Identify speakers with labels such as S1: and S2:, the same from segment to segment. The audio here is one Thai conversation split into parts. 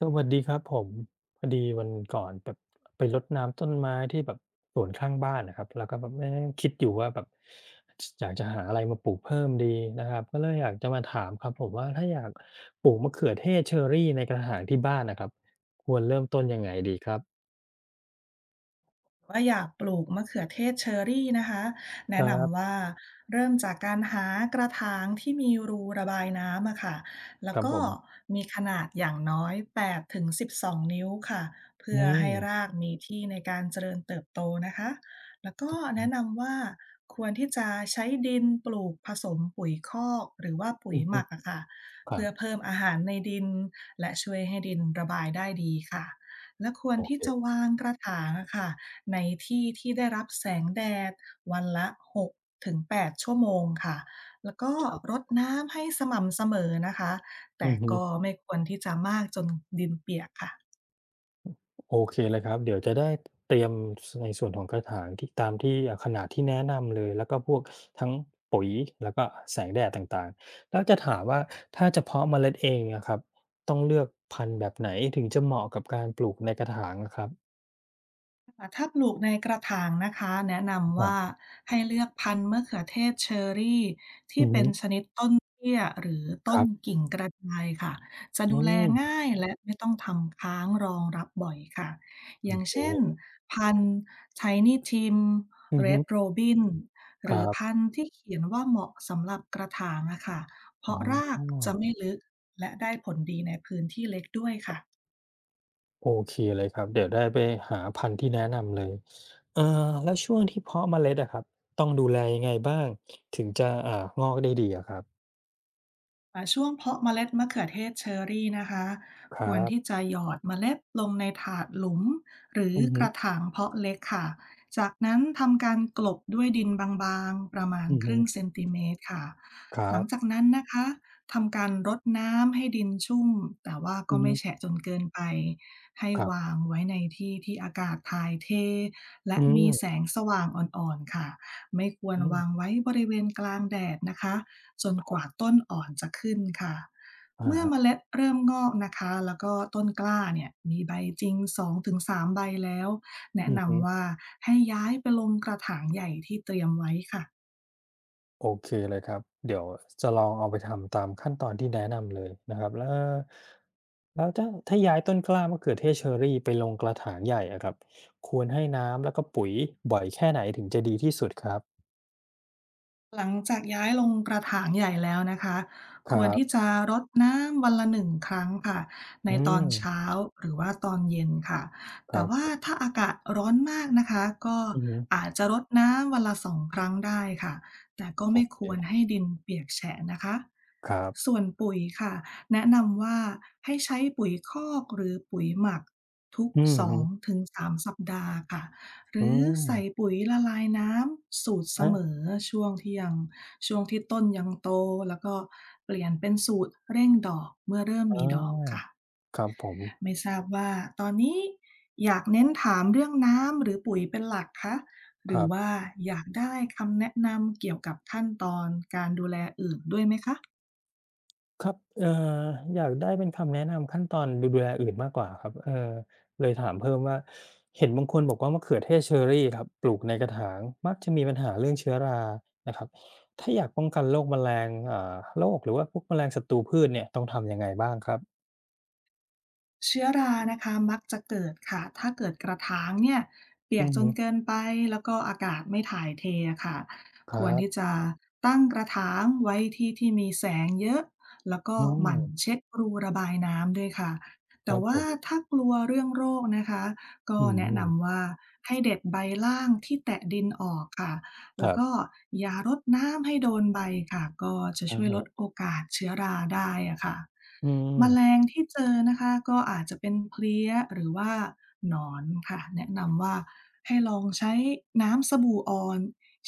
S1: สวัสดีครับผมพอดีวันก่อนแบบไปรดน้ำต้นไม้ที่แบบสวนข้างบ้านนะครับแล้วก็แบบเอ๊ะคิดอยู่ว่าแบบอยากจะหาอะไรมาปลูกเพิ่มดีนะครับก็เลยอยากจะมาถามครับผมว่าถ้าอยากปลูกมะเขือเทศเชอรี่ในกระถางที่บ้านนะครับควรเริ่มต้นยังไงดีครับ
S2: ว่าอยากปลูกมะเขือเทศเชอรี่นะคะ
S1: ค
S2: แนะ
S1: รั
S2: นำ
S1: บ
S2: ว่าเริ่มจากการหากระถางที่มีรูระบายน้ำอะค่ะแล้
S1: ค
S2: ว
S1: รับ
S2: ก็
S1: ผม
S2: มีขนาดอย่างน้อย8ถึง12นิ้วค่ะ
S1: อื
S2: เพื่อ
S1: ม
S2: ให้รากมีที่ในการเจริญเติบโตนะคะแล้วก็แนะ
S1: อืม
S2: นำว่าควรที่จะใช้ดินปลูกผสมปุ๋ยคอกหรือว่าปุ๋
S1: อ
S2: ย
S1: ม
S2: หมักอะค่ะ
S1: ครั
S2: เพื่
S1: บ
S2: อเพิ่มอาหารในดินและช่วยให้ดินระบายได้ดีค่ะและควร
S1: โอ
S2: ที่จะ
S1: เค
S2: วางกระถางอะค่ะ ในที่ที่ได้รับแสงแดดวันละ6-8ชั่วโมงค่ะแล้วก็
S1: ครั
S2: ร
S1: บ
S2: ดน้ำให้สม่ำเสมอนะคะ
S1: อื
S2: แต่ก็
S1: อ
S2: ไม่ควรที่จะมากจนดินเปียกค่ะ
S1: โอเคเลยครับเดี๋ยวจะได้เตรียมในส่วนของกระถางที่ตามที่ขนาดที่แนะนำเลยแล้วก็พวกทั้งปุ๋ยแล้วก็แสงแดดต่างๆแล้วจะถามว่าถ้าจะเพาะเมล็ดเองนะครับต้องเลือกพันธุ์แบบไหนถึงจะเหมาะกับการปลูกในกระถางอะครับ
S2: ถ้าปลูกในกระถางนะคะแนะนำ
S1: ครั
S2: ว่า
S1: บ
S2: ให้เลือกพันธุ์มะเขือเทศเชอรี่
S1: อื
S2: ที่
S1: อ
S2: เป็นช
S1: ฮึ
S2: นิดต้นเตี้ยหรือ
S1: ค
S2: ต้น
S1: รับ
S2: กิ่งกระจายค่ะจะ
S1: อื
S2: ดูแล
S1: ม
S2: ง่ายและไม่ต้องทำค้างรองรับบ่อยค่ะอ
S1: โอ
S2: ย่างเช่น
S1: เค
S2: พันธุ์ Tiny Tim
S1: อือฮึ
S2: Red Robin ห
S1: ค
S2: รือ
S1: รั
S2: พั
S1: บ
S2: นธุ์ที่เขียนว่าเหมาะสำหรับกระถางอะค่ะเพ
S1: อ๋อ
S2: ราะรากจะไม่ลึกและได้ผลดีในพื้นที่เล็กด้วยค่ะ
S1: โอเคเลยครับเดี๋ยวได้ไปหาพันธุ์ที่แนะนำเลยเอ่อแล้วช่วงที่เพาะเมล็ดอะครับต้องดูแลยังไงบ้างถึงจะงอกได้ดีอะครับ
S2: ช่วงเพาะเมล็ดมะเขือเทศเชอรี่นะคะ
S1: ค
S2: ค
S1: รั
S2: วรที่
S1: บ
S2: จะหยอดเมล็ดลงในถาดหลุมหรือ
S1: อือ
S2: ก
S1: ฮึ
S2: ระถางเพาะเล็กค่ะจากนั้นทำการกลบด้วยดินบางๆประมาณ
S1: อือ
S2: ค
S1: ฮึ
S2: รึ่งเซนติเมตรค่ะ
S1: ครั
S2: หลัง
S1: บ
S2: จากนั้นนะคะทำการรดน้ำให้ดินชุ่มแต่ว่า
S1: อื
S2: ก็
S1: อฮึ
S2: ไม่แฉะจนเกินไปให้
S1: ครั
S2: วา
S1: บ
S2: งไว้ในที่ที่อากาศถ่ายเทและ
S1: อื
S2: มีแส
S1: ม
S2: งสว่างอ่อนๆค่ะไม่ควร
S1: อื
S2: วา
S1: ม
S2: งไว้บริเวณกลางแดดนะคะ จน
S1: ค
S2: ก
S1: รั
S2: ว่า
S1: บ
S2: ต้นอ่อนจะขึ้นค่ะ
S1: อะ
S2: เมื่อ
S1: ฮะ
S2: เมล็ดเริ่มงอกนะคะแล้วก็ต้นกล้าเนี่ยมีใบจริง2-3ใบแล้วแนะ
S1: อือฮึ
S2: นำว่าให้ย้ายไปลงกระถางใหญ่ที่เตรียมไว้ค่ะ
S1: โอเคเลยครับเดี๋ยวจะลองเอาไปทำตามขั้นตอนที่แนะนำเลยนะครับแล้วแล้วถ้าย้ายต้นกล้ามะเขือเทศเชอรรี่ไปลงกระถางใหญ่อะครับควรให้น้ำแล้วก็ปุ๋ยบ่อยแค่ไหนถึงจะดีที่สุดครับ
S2: หลังจากย้ายลงกระถางใหญ่แล้วนะคะ
S1: ค
S2: ค
S1: รั
S2: วรที่
S1: บ
S2: จะรดน้ำวันละหนึ่งครั้งค่ะใน
S1: อื
S2: ตอน
S1: ม
S2: เช้าหรือว่าตอนเย็นค่ะ
S1: ค
S2: แต่
S1: รั
S2: ว่า
S1: บ
S2: ถ้าอากาศร้อนมากนะคะก็
S1: อือฮึ
S2: อาจจะรดน้ำวันละสองครั้งได้ค่ะแต่ก็
S1: โอ
S2: ไม่
S1: เค
S2: ควรให้ดินเปียกแฉะนะคะ
S1: ครับ
S2: ส่วนปุ๋ยค่ะแนะนำว่าให้ใช้ปุ๋ยคอกหรือปุ๋ยหมักทุก
S1: อือ
S2: สอ
S1: ฮึ
S2: งถึงสามสัปดาห์ค่ะ ห
S1: อื
S2: รือ
S1: ม
S2: ใส่ปุ๋ยละลายน้ำสูตรเส
S1: ครั
S2: ม
S1: บ
S2: อช่วงที่ยังช่วงที่ต้นยังโตแล้วก็เปลี่ยนเป็นสูตรเร่งดอกเมื่อเริ่ม
S1: อ
S2: มีดอกค่ะ
S1: าครับผม
S2: ไม่ทราบว่าตอนนี้อยากเน้นถามเรื่องน้ำหรือปุ๋ยเป็นหลักคะห
S1: ค
S2: รือ
S1: รั
S2: ว่า
S1: บ
S2: อยากได้คำแนะนำเกี่ยวกับขั้นตอนการดูแลอื่นด้วยไหมคะ
S1: ครับออยากได้เป็นคำแนะนำขั้นตอนดูแลอื่นมากกว่าครับเออเลยถามเพิ่มว่าเห็นบางคนบอกว่ามะเขือเทศเชอรรี่ครับปลูกในกระถางมักจะมีปัญหาเรื่องเชื้อรานะครับถ้าอยากป้องกันโรคแมลงโรคหรือว่าพวกแมลงศัตรูพืชเนี่ยต้องทำยังไงบ้างครับ
S2: เชื้อรานะคะมักจะเกิดค่ะถ้าเกิดกระถางเนี่ยเปีย
S1: อื
S2: ก
S1: อ
S2: จน
S1: ฮึ
S2: เกินไป แล้วก็อากาศไม่ถ่ายเทอะค่ะ
S1: ค
S2: ค
S1: รั
S2: วรที่
S1: บ
S2: จะตั้งกระถางไว้ที่ที่มีแสงเยอะ แล้วก็
S1: อื
S2: ห
S1: ม
S2: มั่นเช็ดรูระบายน้ำด้วยค่ะ
S1: ค
S2: แต่
S1: รับผ
S2: ว่า
S1: ม
S2: ถ้ากลัวเรื่องโรคนะคะก็
S1: อื
S2: แนะนำ
S1: ม
S2: ว่าให้เด็ดใบล่างที่แตะดินออกค่ะ
S1: ค
S2: แล้ว
S1: รั
S2: ก็
S1: บ
S2: ยารดน้ำให้โดนใบค่ะก็จะ
S1: อะ
S2: ช่วยลด
S1: ฮะ
S2: โอกาสเชื้อราได้อะค่ะ
S1: อืม
S2: แมลงที่เจอนะคะก็อาจจะเป็นเพลี้ยหรือว่าหนอนค่ะแนะนำว่าให้ลองใช้น้ำสบู่อ่อน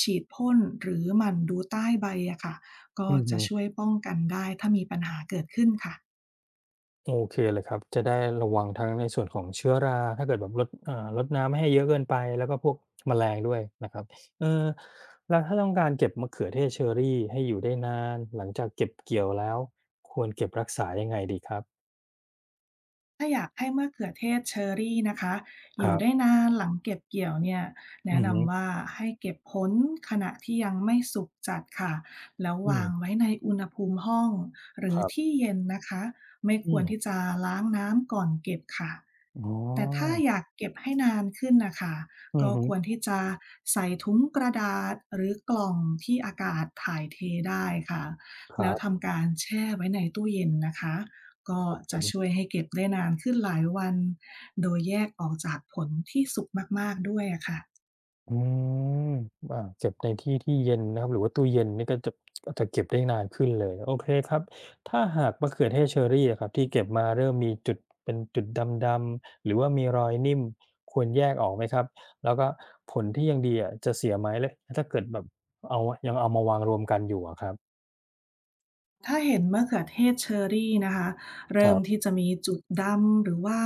S2: ฉีดพ่นหรือหมั่นดูใต้ใบอะค่ะก็
S1: อื
S2: จะ
S1: ม
S2: ช่วยป้องกันได้ถ้ามีปัญหาเกิดขึ้นค่ะ
S1: โอเคเลยครับจะได้ระวังทั้งในส่วนของเชื้อราถ้าเกิดแบบรดลดน้ำไม่ให้เยอะเกินไปแล้วก็พวกแมลงด้วยนะครับเออแล้วถ้าต้องการเก็บมะเขือเทศเชอร์รี่ให้อยู่ได้นานหลังจากเก็บเกี่ยวแล้วควรเก็บรักษายังไงดีครับ
S2: ถ้าอยากให้มะเขือเทศเชอร์รี่นะคะอ
S1: ค
S2: ยู่
S1: รั
S2: ได้
S1: บ
S2: นานหลังเก็บเกี่ยวเนี่ย
S1: อื
S2: แนะ
S1: มอหือ
S2: นำว่าให้เก็บผลขณะที่ยังไม่สุกจัดค่ะแล้ว
S1: อื
S2: วา
S1: ม
S2: งไว้ในอุณหภูมิห้องหรื
S1: ค
S2: อ
S1: รั
S2: ที่
S1: บ
S2: เย็นนะคะไม่
S1: อื
S2: คว
S1: ม
S2: รที่จะล้างน้ำก่อนเก็บค่ะ
S1: อ๋อ
S2: แต่ถ้าอยากเก็บให้นานขึ้นนะคะ
S1: อื
S2: ก็ค
S1: ม
S2: วรที่จะใส่ถุงกระดาษหรือกล่องที่อากาศถ่ายเทได้ค่ะ
S1: ค
S2: แล้
S1: รั
S2: ว
S1: บ
S2: ทำการแช่ไว้ในตู้เย็นนะคะ ก็
S1: ครับผ
S2: จะช่วย
S1: ม
S2: ให้เก็บได้นานขึ้นหลายวันโดยแยกออกจากผลที่สุกมากๆด้วยอะค่ะ
S1: อืมเก็บในที่ที่เย็นนะครับหรือว่าตู้เย็นนี่ก็จะก็จะเก็บได้นานขึ้นเลยโอเคครับถ้าหากมะเขือเทศเชอร์รี่อะครับที่เก็บมาเริ่มมีจุดเป็นจุดดำๆหรือว่ามีรอยนิ่มควรแยกออกไหมครับแล้วก็ผลที่ยังดีอะจะเสียไหมแล้วถ้าเกิดแบบเอายังเอามาวางรวมกันอยู่อะครับ
S2: ถ้าเห็นมะเขือเทศเชอรี่นะคะ
S1: ค
S2: เริ่ม
S1: รั
S2: ที่
S1: บ
S2: จะมีจุดดำหรือว่า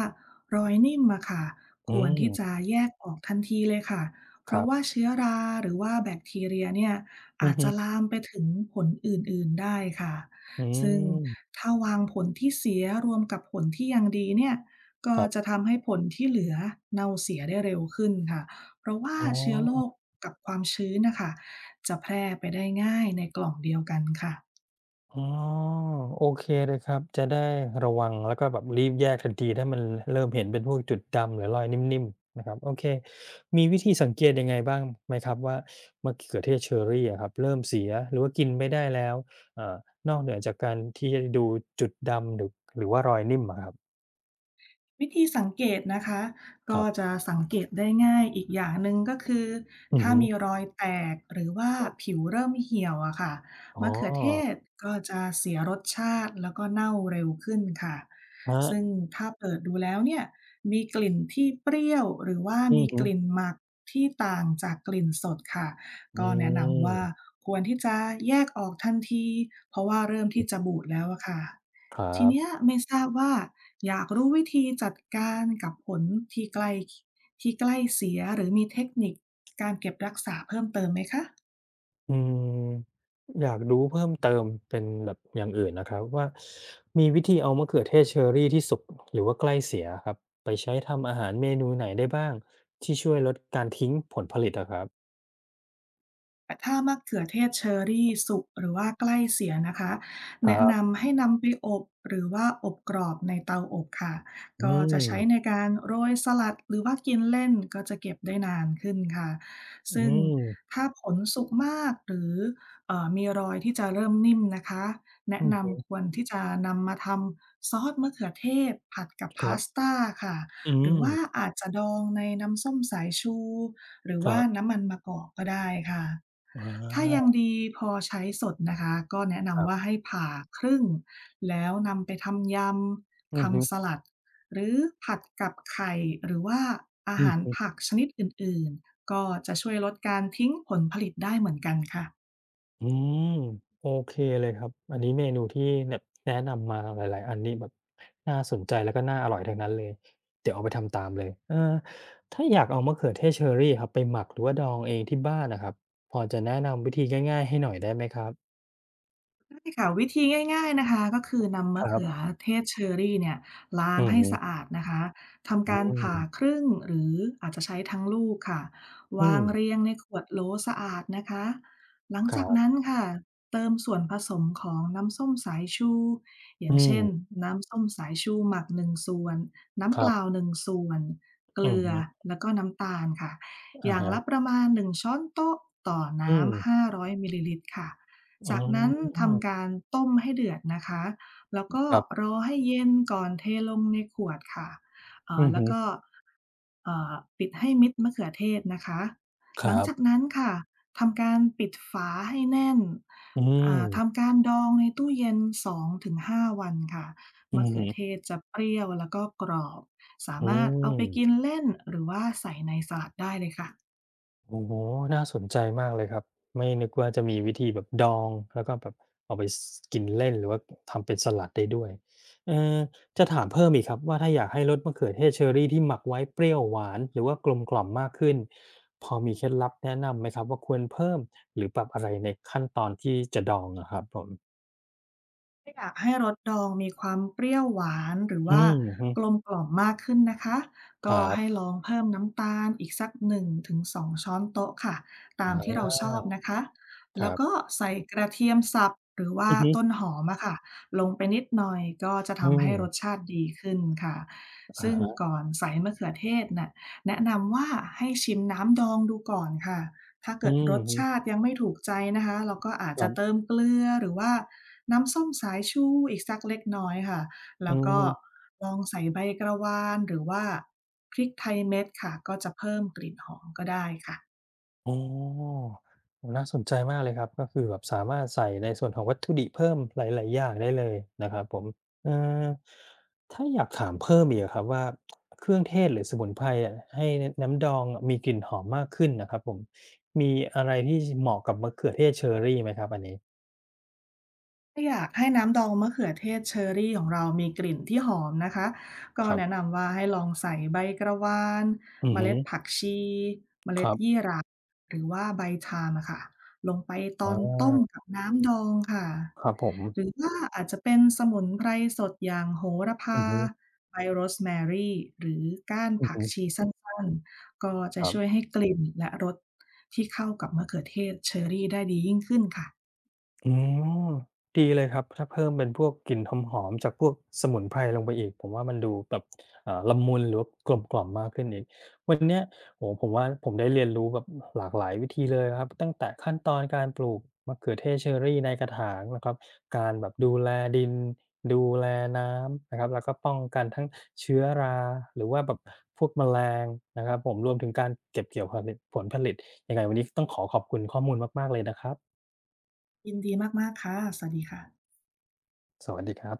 S2: รอยนิ่มอะค่ะค
S1: อื
S2: วร
S1: ม
S2: ที่จะแยกออกทันทีเลยค่ะเพ
S1: ครั
S2: ราะว่า
S1: บ
S2: เชื้อราหรือว่าแบคทีเรียเนี่ย
S1: อื
S2: อา
S1: อ
S2: จ
S1: ฮึ
S2: จะลามไปถึงผลอื่นๆได้ค่ะ
S1: อื
S2: ซึ่ง
S1: ม
S2: ถ้าวางผลที่เสียรวมกับผลที่ยังดีเนี่ยก็
S1: ครั
S2: จะ
S1: บ
S2: ทำให้ผลที่เหลือเน่าเสียได้เร็วขึ้นค่ะเพราะว่า
S1: อ๋
S2: เชื้อโรค
S1: อ
S2: กับความชื้นนะคะจะแพร่ไปได้ง่ายในกล่องเดียวกันค่ะ
S1: อ๋อโอเคเลยครับจะได้ระวังแล้วก็แบบรีบแยกทันทีถ้ามันเริ่มเห็นเป็นพวกจุดดำหรือรอยนิ่มๆนะครับโอเคมีวิธีสังเกตยังไงบ้างไหมครับว่ามะเขือเทศเชอร์รี่อะครับเริ่มเสียหรือว่ากินไม่ได้แล้วเอ่อนอกเหนือจากการที่จะดูจุดดำหรือว่ารอยนิ่มอะครับ
S2: วิธีสังเกตนะคะ
S1: ค
S2: ก็
S1: รับ
S2: จะสังเกตได้ง่ายอีกอย่างหนึ่งก็คือ
S1: อือ
S2: ถ้า
S1: ฮึ
S2: มีรอยแตกหรือว่า
S1: ครับ
S2: ผิวเริ่มเหี่ยวอะค่ะ
S1: อ๋อ
S2: มะเขือเทศก็จะเสียรสชาติแล้วก็เน่าเร็วขึ้นค่ะ
S1: ครั
S2: ซึ่ง
S1: บ
S2: ถ้าเปิดดูแล้วเนี่ยมีกลิ่นที่เปรี้ยวหรือว่า
S1: อื
S2: มี
S1: อ
S2: ก
S1: ฮึ
S2: ลิ่นหมักที่ต่างจากกลิ่นสดค่ะ
S1: อื
S2: ก็แนะนำ
S1: ม
S2: ว่าควรที่จะแยกออกทันทีเพราะว่าเริ่ม
S1: อือ
S2: ที่จะบูดแล้วอะค่ะ
S1: ครั
S2: ทีเนี้ย
S1: บ
S2: ไม่ทราบว่า อยากรู้วิธีจัดการกับผลที่ใกล้ที่ใกล้เสียหรือมีเทคนิคการเก็บรักษาเพิ่มเติมไหมคะ
S1: อืมอยากรู้เพิ่มเติมเป็นแบบอย่างอื่นนะครับว่ามีวิธีเอามะเขือเทศเชอรี่ที่สุกหรือว่าใกล้เสียครับไปใช้ทำอาหารเมนูไหนได้บ้างที่ช่วยลดการทิ้งผลผลิตอะครับ
S2: ถ้ามะเขือเทศเชอรี่สุกหรือว่าใกล้เสียนะคะ
S1: ค
S2: แนะ
S1: รับ
S2: นำให้นำไปอบหรือว่าอบกรอบในเตาอบค่ะ
S1: อื
S2: ก็
S1: ม
S2: จะใช้ในการโรยสลัดหรือว่ากินเล่นก็จะเก็บได้นานขึ้นค่ะ
S1: อื
S2: ซึ่ง
S1: ม
S2: ถ้าผลสุกมากหรือมีรอยที่จะเริ่มนิ่มนะคะแนะ
S1: อือฮึ
S2: นำควรที่จะนำมาทำซอสมะเขือเทศผัดกับ
S1: ครั
S2: พาส
S1: บ
S2: ต้าค่ะ
S1: อื
S2: หรือ
S1: ม
S2: ว่าอาจจะดองในน้ำส้มสายชูหรือ
S1: ค
S2: ว่า
S1: รับ
S2: น้ำมันมะกอกก็ได้ค่ะ
S1: อ
S2: ถ้ายัง
S1: า
S2: ดีพอใช้สดนะคะก็แนะ
S1: ค
S2: นำ
S1: รั
S2: ว่า
S1: บ
S2: ให้ผ่าครึ่งแล้วนำไปทำยำ
S1: อือฮึ
S2: ทำสลัดหรือผัดกับไข่หรือว่าอา
S1: อื
S2: หาร
S1: อ
S2: ผักชนิดอื่นๆก็จะช่วยลดการทิ้งผลผลิตได้เหมือนกันค่ะ
S1: อืมโอเคเลยครับอันนี้เมนูที่แบบแนะนำมาหลายๆอันนี่แบบน่าสนใจแล้วก็น่าอร่อยทั้งนั้นเลยเดี๋ยวเอาไปทำตามเลยเออถ้าอยากเอามะเขือเทศเชอรี่ครับไปหมักหรือว่าดองเองที่บ้านนะครับพอจะแนะนำวิธีง่ายๆให้หน่อยได้ไหมครับ
S2: ใช่ค่ะวิธีง่ายๆนะคะก็คือนำ
S1: ค
S2: มะ
S1: รั
S2: เขือ
S1: บ
S2: เทศเชอรี่เนี่ยล้าง
S1: อือ
S2: ให้
S1: ฮึ
S2: สะอาดนะคะทำ
S1: อื
S2: การ
S1: ม
S2: ผ่าครึ่งหรืออาจจะใช้ทั้งลูกค่ะ
S1: อื
S2: วา
S1: ม
S2: งเรียงในขวดโหลสะอาดนะคะหลัง
S1: ครั
S2: จากนั้น
S1: บ
S2: ค่ะเติมส่วนผสมของน้ำส้มสายชูอ
S1: อื
S2: ย่าง
S1: ม
S2: เช่นน้ำส้มสายชูหมัก1ส่วน
S1: ค
S2: น้ำเป
S1: รั
S2: ล่า
S1: บ
S2: 1ส่วนเก
S1: อือ
S2: ลือ
S1: ฮึ
S2: แล้วก็น้ำตาลค่ะอ
S1: อะ
S2: ย่าง
S1: ฮะ
S2: ละประมาณ1ช้อนโต๊ะต่อ
S1: อื
S2: น้ำ
S1: ม
S2: 500มิลลิลิตรค่ะ
S1: อ๋อ
S2: จากนั้นทำการต้มให้เดือดนะคะแล้วก็
S1: ครั
S2: ร
S1: บ
S2: อให้เย็นก่อนเทลงในขวดค่ะ
S1: อือ
S2: แล้ว
S1: ฮึ
S2: ก็เอ่อปิดให้มิดมะเขือเทศนะคะ
S1: ค
S2: หลั
S1: รั
S2: งจาก
S1: บ
S2: นั้นค่ะทำการปิดฝาให้แน่น
S1: อืม
S2: ทำการดองในตู้เย็น2-5วันค่ะ
S1: อื
S2: มะ
S1: อ
S2: เขื
S1: ฮึ
S2: อเทศจะเปรี้ยวแล้วก็กรอบ สา
S1: อื
S2: มารถเอาไป
S1: ม
S2: กินเล่นหรือว่าใส่ในสลัดได้เลยค่ะ
S1: โอ้โฮน่าสนใจมากเลยครับ ไม่นึกว่าจะมีวิธีแบบดองแล้วก็แบบเอาไปสกินเล่นหรือว่าทำเป็นสลัดได้ด้วยเอ่อจะถามเพิ่มอีกครับว่าถ้าอยากให้รสมะเขือเทศเชอร์รี่ที่หมักไว้เปรี้ยวหวานหรือว่ากลมกล่อมมากขึ้นพอมีเคล็ดลับแนะนำไหมครับว่าควรเพิ่มหรือปรับอะไรในขั้นตอนที่จะดองอะครับผม
S2: ถ้าอยากให้รสดองมีความเปรี้ยวหวานหรือ
S1: อื
S2: ว่า
S1: มฮึ
S2: กลมกล่อมมากขึ้นนะคะ
S1: ค
S2: ก็
S1: รั
S2: ให้
S1: บ
S2: ลองเพิ่มน้ำตาลอีกสัก1-2 ช้อนโต๊ะค่ะตาม
S1: อะ
S2: ที่เรา
S1: ฮะ
S2: ชอบนะคะ
S1: ค
S2: แล้ว
S1: รั
S2: ก็
S1: บ
S2: ใส่กระเทียมสับหรือว่า
S1: อือฮึ
S2: ต้นหอมอะค่ะลงไปนิดหน่อยก็จะ
S1: อื
S2: ทำให้รส
S1: ม
S2: ชาติดีขึ้นค่ะ
S1: อะ
S2: ซึ่ง
S1: ฮะ
S2: ก่อนใส่มะเขือเทศน่ะแนะนำว่าให้ชิมน้ำดองดูก่อนค่ะ ถ้า
S1: อื
S2: เกิดร
S1: ม
S2: ส
S1: ฮึ
S2: ชาติยังไม่ถูกใจนะคะเราก็อาจ
S1: ครั
S2: จะเติม
S1: บ
S2: เกลือหรือว่าน้ำส้มสายชูอีกสักเล็กน้อยค่ะ
S1: อื
S2: แล้ว
S1: อ
S2: ก็
S1: ฮึ
S2: ลองใส่ใบกระวานหรือว่าพริกไทยเม็ดค่ะก็จะเพิ่มกลิ่นหอมก็ได้ค่ะ
S1: อ๋อน่าสนใจมากเลยครับก็คือแบบสามารถใส่ในส่วนของวัตถุดิบเพิ่มหลายๆอย่างได้เลยนะครับผมเอ่อถ้าอยากถามเพิ่มอีกอะครับว่าเครื่องเทศหรือสมุนไพรอะให้นน้ำดองอะมีกลิ่นหอมมากขึ้นน่ะครับผมมีอะไรที่ชเหมาะกับมะเขือเทศเชอร์รี่ไหมครับอันนี้
S2: ถ้าอยากให้น้ำดองมะเขือเทศเชอร์รี่ของเรามีกลิ่นที่หอมนะคะก็
S1: ครั
S2: แนะ
S1: บ
S2: นำว่าให้ลองใส่ใบกระวาน
S1: อือ
S2: เม
S1: ฮึ
S2: ล็ดผักชีเม
S1: ค
S2: ล็ด
S1: รั
S2: ยี่
S1: บ
S2: หร่าหรือว่าใบชามอะค่ะลงไปต
S1: อ
S2: อนต้ม
S1: า
S2: กับน้ำดองค่ะ
S1: ครับผม
S2: หรือว่าอาจจะเป็นสมุนไพรสดอย่างโหระ
S1: อื
S2: พา
S1: อฮึ
S2: ใบโรสแมรี่หรือก้าน
S1: อือ
S2: ผัก
S1: ฮึ
S2: ชีสั้นๆก็
S1: ค
S2: จะ
S1: รั
S2: ช่วย
S1: บ
S2: ให้กลิ่นและรสที่เข้ากับมะเขือเทศเชอร์รี่ได้ดียิ่งขึ้นค่ะ
S1: อ๋อดีเลยครับถ้าเพิ่มเป็นพวกกลิ่นหอมๆจากพวกสมุนไพรลงไปอีกผมว่ามันดูแบบละมุนหรือว่ากลมกล่อมมากขึ้นอีกวันเนี้ยโอ้โฮผมว่าผมได้เรียนรู้แบบหลากหลายวิธีเลยครับตั้งแต่ขั้นตอนการปลูกมะเขือเทศเชอร์รี่ในกระถางนะครับการแบบดูแลดินดูแลน้ำนะครับแล้วก็ป้องกันทั้งเชื้อราหรือว่าแบบพวกแมลงนะครับผมรวมถึงการเก็บเกี่ยวผลิตผลผลิตยังไงวันนี้ต้องขอขอบคุณข้อมูลมากๆเลยนะครับ
S2: ยินดีมากๆค่ะสวัสดีค่ะ
S1: สวัสดีครับ